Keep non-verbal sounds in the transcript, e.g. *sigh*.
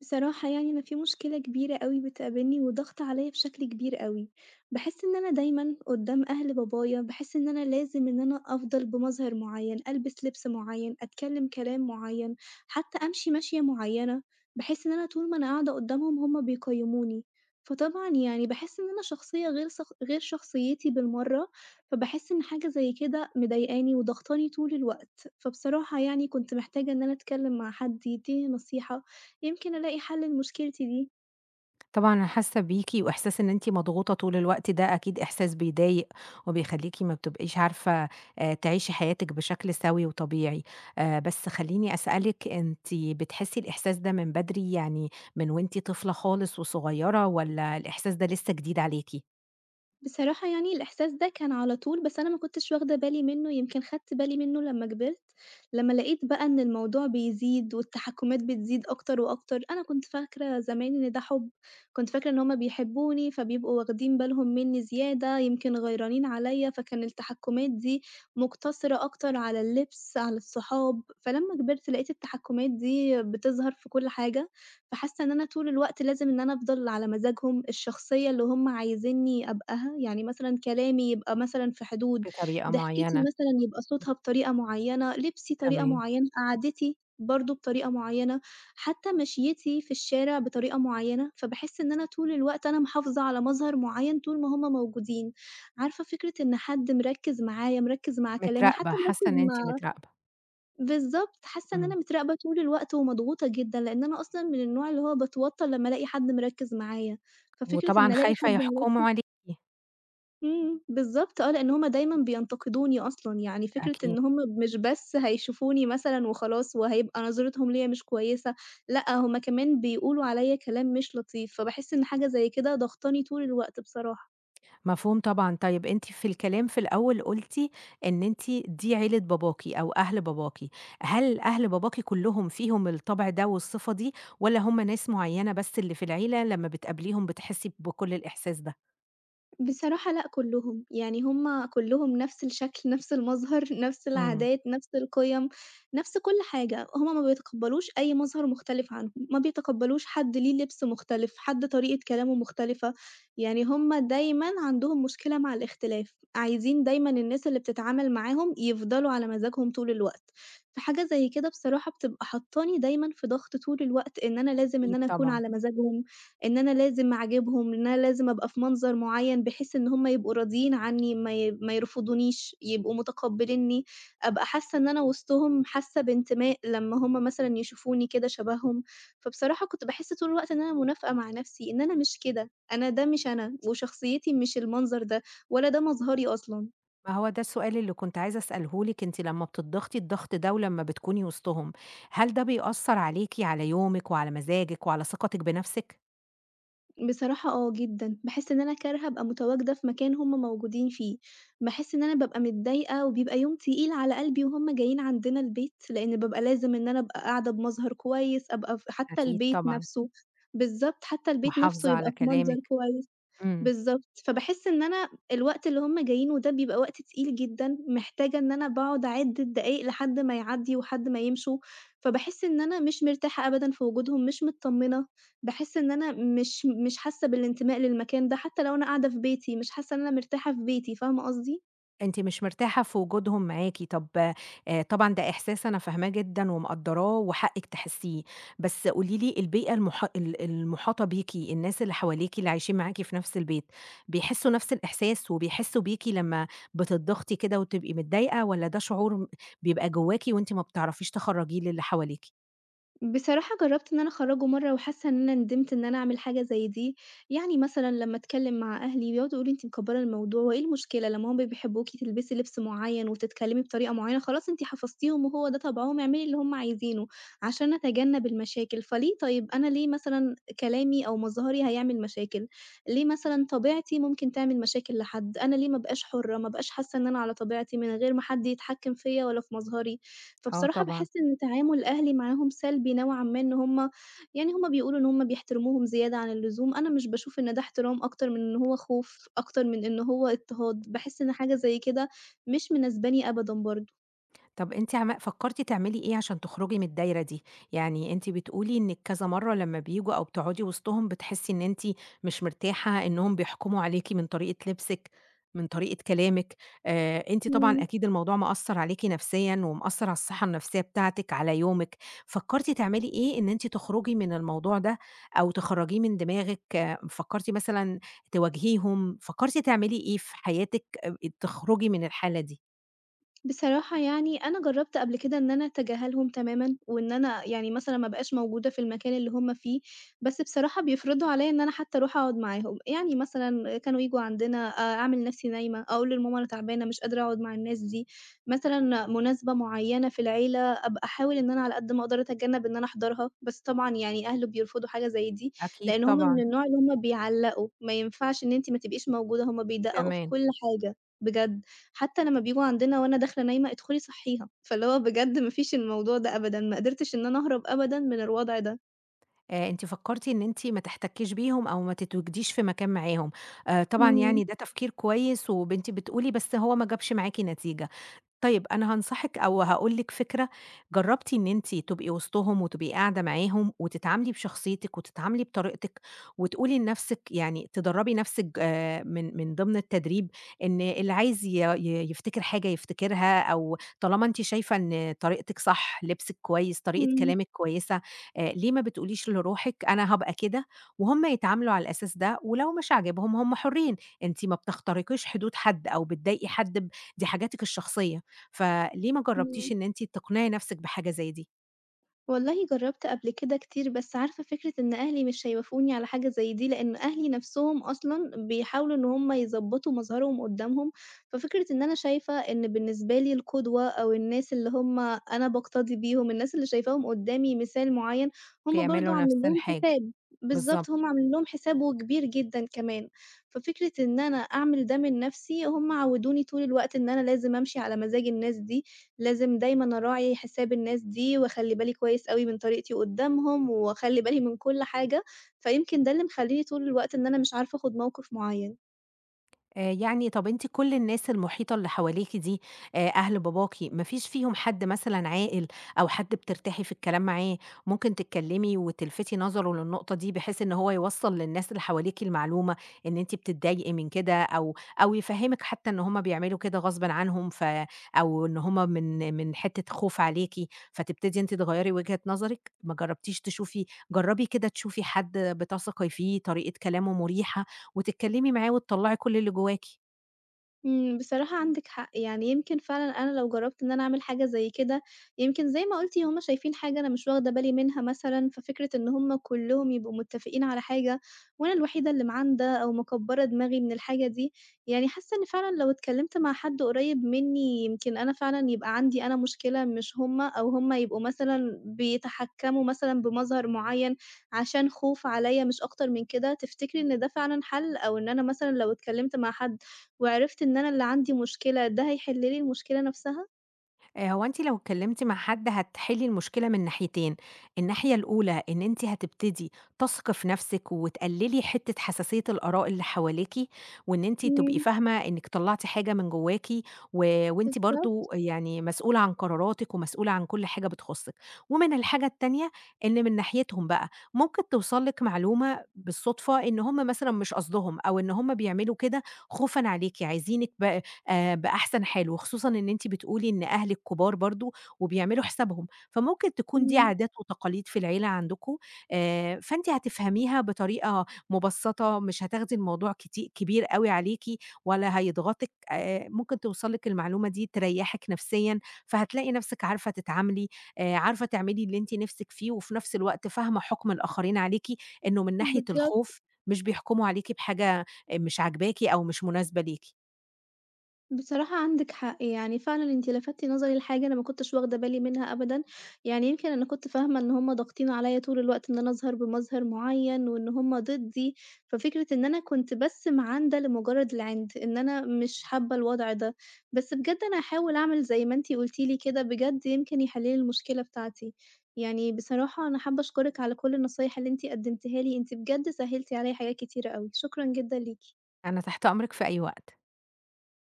بصراحة يعني أنا في مشكلة كبيرة أوي بتقابلني وضغط عليا بشكل كبير أوي، باحس إن أنا دايمًا قدام أهل بابايا باحس إن أنا لازم إن أنا أفضل بمظهر معين، ألبس لبس معين، أتكلم كلام معين، حتى أمشي مشية معينة، باحس إن أنا طول ما أنا قاعدة قدامهم هم بيقيموني، فطبعًا يعني باحس إن أنا شخصية غير شخصيتي بالمرة، فباحس إن حاجة زي كده مضايقاني وضغطاني طول الوقت، فبصراحة يعني كنت محتاجة إن أنا أتكلم مع حد يديني نصيحة. يمكن ألاقي حل لمشكلتي دي. طبعًا أنا حاسة بيكِ، وإحساس إن أنتِ مضغوطة طول الوقت ده أكيد إحساس بيضايق، وبيخلّيكِ ما بتبقيش عارفة تعيشي حياتِك بشكل سَوِي وطبيعي. بس خلّيني أسألِك، أنتِ بتحسي الإحساس ده من بدري، يعني من وأنتِ طفلة خالص وصغيرة، والّا الإحساس ده لسه جديد عليكِ؟ بصراحة يعني الإحساس ده كان على طول، بس أنا ما كنتش واخدة بالي منّه، يمكن خدت بالي منّه لمّا كبرت، لمّا لقيت بقى إن الموضوع بيزيد والتحكُّمات بتزيد أكتر وأكتر. أنا كنت فاكرة زمان إن ده حُب، كنت فاكرة إن هُم بيحبوني، فبيبقوا واخدين بالهم منّي زيادة، يمكن غيرانين عليّا، فكان التحكُّمات دي مقتصرة أكتر على اللبس، على الصحاب، فلمّا كبرت لقيت التحكُّمات دي بتظهر في كل حاجة. فحاسة إن أنا طول الوقت لازم إن أنا أفضل على مزاجهم، الشخصية اللي هم عايزينّي أبقاها، يعني مثلًا كلامي يبقى مثلًا في حدود، بطريقة ضحكتي معينة. مثلًا يبقى صوتها بطريقة معيّنة، لبسي طريقة تمام. معيّنة، قعدتي برضه بطريقة معيّنة، حتى مشيتي في الشارع بطريقة معيّنة، فباحس إن أنا طول الوقت أنا محافظة على مظهر معيّن طول ما هم موجودين. عارفة فكرة إن حد مركّز معايا، مركّز مع كلامي، متراقبة، حتى حاسة مركّز إن أنتِ مع متراقبة. بالضبط، حاسة إن أنا إمم. متراقبة طول الوقت ومضغوطة جدًا، لإن أنا أصلًا من النوع اللي هو باتوتر لمّا ألاقي حد مركّز معايا، ففكرة إن وطبعًا ألاقي خايفة حد يحكموا عليكِ. إمم، بالضبط آه، لإن هُم دايمًا بينتقدوني أصلًا، يعني فكرة أكيد. إن هُم مش بس هيشوفوني مثلًا وخلاص وهيبقى نظرتهم ليّا مش كويسة، لأ هُم كمان بيقولوا عليّا كلام مش لطيف، فباحس إن حاجة زي كده ضاغطاني طول الوقت بصراحة. مفهوم طبعًا. طيب أنتِ في الكلام في الأول قُلتِ إن أنتِ دي عيلة باباكِ أو أهل باباكِ، هل أهل باباكِ كلّهم فيهم الطبع ده والصفة دي، والّا هُم ناس معيّنة بس اللي في العيلة لمّا بتقابليهم بتحسّي بكل الإحساس ده؟ بصراحة لأ كلّهم، يعني هم كلّهم نفس الشكل، *laughs* نفس المظهر، نفس إمم. العادات، نفس القِيَم، نفس كل حاجة، هم ما بيتقبّلوش أي مظهر مختلف عنهم، ما بيتقبّلوش حد ليه لبس مختلف، حد طريقة كلامه مختلفة، يعني هم دايمًا عندهم مشكلة مع الاختلاف، عايزين دايمًا الناس اللي بتتعامل معاهم يفضلوا على مزاجهم طول الوقت، فحاجة زي كده بصراحة بتبقى حاطّاني دايمًا في ضغط طول الوقت إن أنا لازم إن أكيد أنا أكون طبعًا. على مزاجهم، إن أنا لازم أعجبهم، إن أنا لازم أبقى في منظر معيّن بحيث إن هُم يبقوا راضيين عنّي، ما يرفضونيش، يبقوا متقبّلينّي، أبقى حاسّة إن أنا وسطهم، حاسّة بانتماء لمّا هُم مثلًا يشوفوني كده شبههم. فبصراحة كنت باحس طول الوقت إن أنا منافقة مع نَفْسي، إن أنا مش كده، أنا ده مش أنا وشخصيتي مش المنظر ده ولا ده مظهري أصلًا. ما هو ده السؤال اللي كنت عايزة أسأله لِك، أنتِ لمّا بتضغطي الضغط ده ولمّا بتكوني وسطهم، هل ده بيأثّر عليكِ، على يومِك وعلى مزاجِك وعلى ثقتِك بنفسِك؟ بصراحة آه جدًا، باحس إن أنا كارهة أبقى متواجدة في مكان هُم موجودين فيه، باحس إن أنا بابقى متضايقة وبيبقى يوم تقيل على قلبي وهُم جايين عندنا البيت، لإن بابقى لازم إن أنا أبقى قاعدة بمظهر كويس، أبقى حتى أكيد البيت طبعًا. نفسه بالضبط، حتى البيت نفسه محافظة يبقى على في منظر كلامِك. كويس. إمم. بالضبط، فباحس إن أنا الوقت اللي هُم جايينه ده بيبقى وقت تقيل جدًا، محتاجة إن أنا باقعد أعِد الدقايق لحد ما يعدّي وحد ما يمشوا، فباحس إن أنا مش مرتاحة أبدًا في وجودهم، مش متطمنة، باحس إن أنا مش حاسة بالانتماء للمكان ده، حتى لو أنا قاعدة في بيتي، مش حاسة إن أنا مرتاحة في بيتي، فاهمة قصدي؟ أنتِ مش مرتاحة في وجودهم معاكِ. طب، طبعًا ده إحساس أنا فاهماه جدًا ومقدّراه وحقِّك تحسّيه، بس قولي لي البيئة المحاطة بيكِ، الناس اللي حواليكِ اللي عايشين معاكِ في نفس البيت، بيحسّوا نفس الإحساس وبيحسّوا بيكِ لمّا بتضّغطي كده وتبقي متضايقة، والّا ده شعور بيبقى جواكِ وأنتِ ما بتعرفيش تخرّجيه للي حواليكِ؟ بصراحة جرّبت إن أنا أخرّجه مرّة وحاسة إن أنا ندمت إن أنا أعمل حاجة زي دي، يعني مثلًا لمّا أتكلّم مع أهلي بيقعدوا يقولوا لي: "أنتِ مكبّرة الموضوع وإيه المشكلة لمّا هُم بيحبوكِ تلبسي لبس معيّن وتتكلّمي بطريقة معيّنة خلاص أنتِ حفظتيهم وهو ده طبعهم، اعملي اللي هُم عايزينه." عشان أتجنّب المشاكل، فليه طيب أنا ليه مثلًا كلامي أو مظهري هيعمل مشاكل؟ ليه مثلًا طبيعتي ممكن تعمل مشاكل لحد؟ أنا ليه ما أبقاش حُرّة، ما أبقاش حاسة إن أنا على طبيعتي من غير ما حد يتحكّم فيّا ولا في مظهري؟ آه فبصراحة طبعًا. باحس إن تعامل أهلي معاهم سلبي نوعًا ما، إن هُم يعني هُم بيقولوا إن هُم بيحترموهم زيادة عن اللزوم، أنا مش باشوف إن ده احترام أكتر من إن هو خوف، أكتر من إن هو اضطهاد، باحس إن حاجة زي كده مش مناسباني أبدًا برضه. طب أنتِ فكرتِ تعملي إيه عشان تخرجي من الدايرة دي؟ يعني أنتِ بتقولي إنِّك كذا مرّة لمّا بييجوا أو بتقعدي وسطهم بتحسي إن أنتِ مش مرتاحة، إنّهم بيحكموا عليكِ من طريقة لبسِك، من طريقة كلامِك. أنتِ طبعًا إمم. أكيد الموضوع مأثّر عليكِ نفسيًا ومأثّر على الصحّة النفسية بتاعتِك، على يومِك. فكرتِ تعملي إيه إن أنتِ تخرجي من الموضوع ده أو تخرّجيه من دماغِك؟ فكرتِ مثلًا تواجهيهم؟ فكرتِ تعملي إيه في حياتِك تخرجي من الحالة دي؟ بصراحة يعني أنا جرّبت قبل كده إن أنا أتجاهلهم تمامًا، وإن أنا يعني مثلًا ما ابقاش موجودة في المكان اللي هُم فيه، بس بصراحة بيفرضوا عليَّ إن أنا حتى أروح أقعد معاهم، يعني مثلًا كانوا ييجوا عندنا أعمل نفْسي نايمة، أقول لماما أنا تعبانة مش قادرة أقعد مع الناس دي، مثلًا مناسبة معيّنة في العيلة أبقى أحاول إن أنا على قد ما أقدر أتجنب إن أنا أحضرها، بس طبعًا يعني أهلي بيرفضوا حاجة زي دي، أكيد لإن هُم من طبعًا. النوع اللي هُم بيعلّقوا، ما ينفعش إن أنتِ ما تبقيش موجودة، هُم بيدققوا في تمام. كل حاجة، بجد. حتى لمّا بييجوا عندنا وأنا داخلة نايمة، ادخلي صحّيها، فاللي هو بجد ما فيش الموضوع ده أبدًا، ما قدرتش إن أنا أهرب أبدًا من الوضع ده. أنتِ فكّرتِ إن أنتِ ما تحتكّيش بيهم أو ما تتواجديش في مكان معاهم، طبعًا إمم، يعني ده تفكير كويس، أنتِ بتقولي بس هو ما جابش معاكِ نتيجة. طيب أنا هانصحِك أو هاقول لِك فكرة. جرّبتِ إن أنتِ تبقي وسطهم وتبقي قاعدة معاهم وتتعاملي بشخصيتِك وتتعاملي بطريقتِك، وتقولي لنَفْسِك، يعني تدرّبي نَفْسِك، من ضمن التدريب إن اللي عايز ي ي يفتكر حاجة يفتكرها، أو طالما أنتِ شايفة إن طريقتِك صح، لبسِك كويس، طريقة إمم، كلامِك كويسة، ليه ما بتقوليش لروحِك أنا هابقى كده وهُم يتعاملوا على الأساس ده، ولو مش عاجبهم هم حُرّين. أنتِ ما بتخترقيش حدود حد أو بتضايقي حد، دي حاجاتِك الشخصية. فليه ما جرّبتيش إمم. إن أنتِ تقنعي نَفْسِك بحاجة زي دي؟ والله جرّبت قبل كده كتير، بس عارفة فكرة إن أهلي مش هيوافقوني على حاجة زي دي، لإن أهلي نَفْسهم أصلًا بيحاولوا إن هم يضبّطوا مظهرهم قُدّامهم، ففكرة إن أنا شايفة إن بالنسبة لي القدوة أو الناس اللي هم أنا باقتدي بيهم، الناس اللي شايفاهم قُدّامي مثال معيّن، هم برضه بيعملوا عاملين نَفْس لهم الحاجة. حساب، بالضبط. بالضبط، هم عاملين لهم حساب وكبير جدًا كمان، ففكرة إن أنا أعمل ده من نَفْسي، هم عوّدوني طول الوقت إن أنا لازم أمشي على مزاج الناس دي، لازم دايمًا أراعي حساب الناس دي، وأخلّي بالي كويس أوي من طريقتي قدّامهم، وأخلّي بالي من كل حاجة، فيمكن ده اللي مخلّيني طول الوقت إن أنا مش عارفة آخُد موقف معيّن. يعني طَب أنتِ كل الناس المحيطة اللي حواليكِ دي، أهل باباكِ ما فيش فيهم حد مثلًا عاقل أو حد بترتاحي في الكلام معاه، ممكن تتكلمي وتلفتي نظره للنقطة دي بحيث إن هو يوصّل للناس اللي حواليكِ المعلومة إن أنتِ بتتضايقي من كده، أو يفهّمِك حتى إن هم بيعملوا كده غصبًا عنهم، أو إن هم من حتّة خوف عليكِ، فتبتدي أنتِ تغيّري وجهة نظرِك؟ ما جرّبتيش تشوفي جرّبي كده تشوفي حد بتثقي فيه طريقة كلامه مُريحة، وتتكلمي معاه وتطلّعي كل اللي جواكِ. إمم، بصراحة عندِك حق، يعني يمكن فعلًا أنا لو جرّبت إن أنا أعمل حاجة زي كده، يمكن زي ما قُلتِ هُم شايفين حاجة أنا مش واخدة بالي منها مثلًا، ففكرة إن هُم كلّهم يبقوا متّفقين على حاجة وأنا الوحيدة اللي معانده أو مكبّرة دماغي من الحاجة دي، يعني حاسة إن فعلًا لو اتكلّمت مع حد قريب منّي يمكن أنا فعلًا يبقى عندي أنا مشكلة مش هُم، أو هُم يبقوا مثلًا بيتحكّموا مثلًا بمظهر معيّن عشان خوف عليَّ مش أكتر من كده، تفتكري إن ده فعلًا حَل، أو إن أنا مثلًا لو اتكلّمت مع حد وعرفت إن أنا اللي عندي مشكلة، ده هيحل لي المشكلة نفسها؟ هو أنتِ لو اتكلمتِ مع حد هتحلّي المشكلة من ناحيتين. الناحية الأولى إن أنتِ هتبتدي تثقي في نفسِك وتقللي حتّة حساسية الآراء اللي حواليكِ، وإن أنتِ تبقي إمم، فاهمة إنِّك طلّعتِ حاجة من جواكِ، وأنتِ برضه بالضبط، يعني مسؤولة عن قراراتِك ومسؤولة عن كل حاجة بتخُصِّك. ومن الحاجة التانية، إن من ناحيتهم بقى ممكن توصل لِك معلومة بالصدفة إن هم مثلًا مش قصدهم، أو إن هم بيعملوا كده خوفًا عليكِ، عايزينِك ب بأحسن حال، وخصوصًا إن أنتِ بتقولي إن أهلِك كبار برضه وبيعملوا حسابهم، فممكن تكون دي إمم، عادات وتقاليد في العيلة عندكم. فأنتِ هتفهميها بطريقة مبسّطة، مش هتاخدي الموضوع كبير أوي عليكِ ولا هيضغطِك. ممكن توصل لِك المعلومة دي تريّحِك نفسيًا، فهتلاقي نفسِك عارفة تتعاملي، عارفة تعملي اللي أنتِ نفسِك فيه، وفي نفس الوقت فاهمة حُكم الآخرين عليكِ، إنه من ناحية بالضبط. الخوف مش بيحكموا عليكِ بحاجة مش عاجباكِ أو مش مناسبة ليكِ. بصراحة عندِك حق، يعني فعلًا أنتِ لفتتِ نظري لحاجة أنا ما كنتش واخدة بالي منها أبدًا، يعني يمكن أنا كنت فاهمة إن هُم ضاغطين عليَّ طول الوقت إن أنا أظهر بمظهر معيّن، وإن هُم ضدي، ففكرة إن أنا كنت بس معاندة لمجرد العند، إن أنا مش حابة الوضع ده، بس بجد أنا هاحاول أعمل زي ما أنتِ قلتِ لي كده، بجد يمكن يحل لي المشكلة بتاعتي. يعني بصراحة أنا حابة أشكرِك على كل النصايح اللي أنتِ قدمتيها لي، أنتِ بجد سهلتِ عليَّ حاجات كتيرة أوي، شكرًا جدًا ليكِ. أنا تحت أمرِك في أي وقت.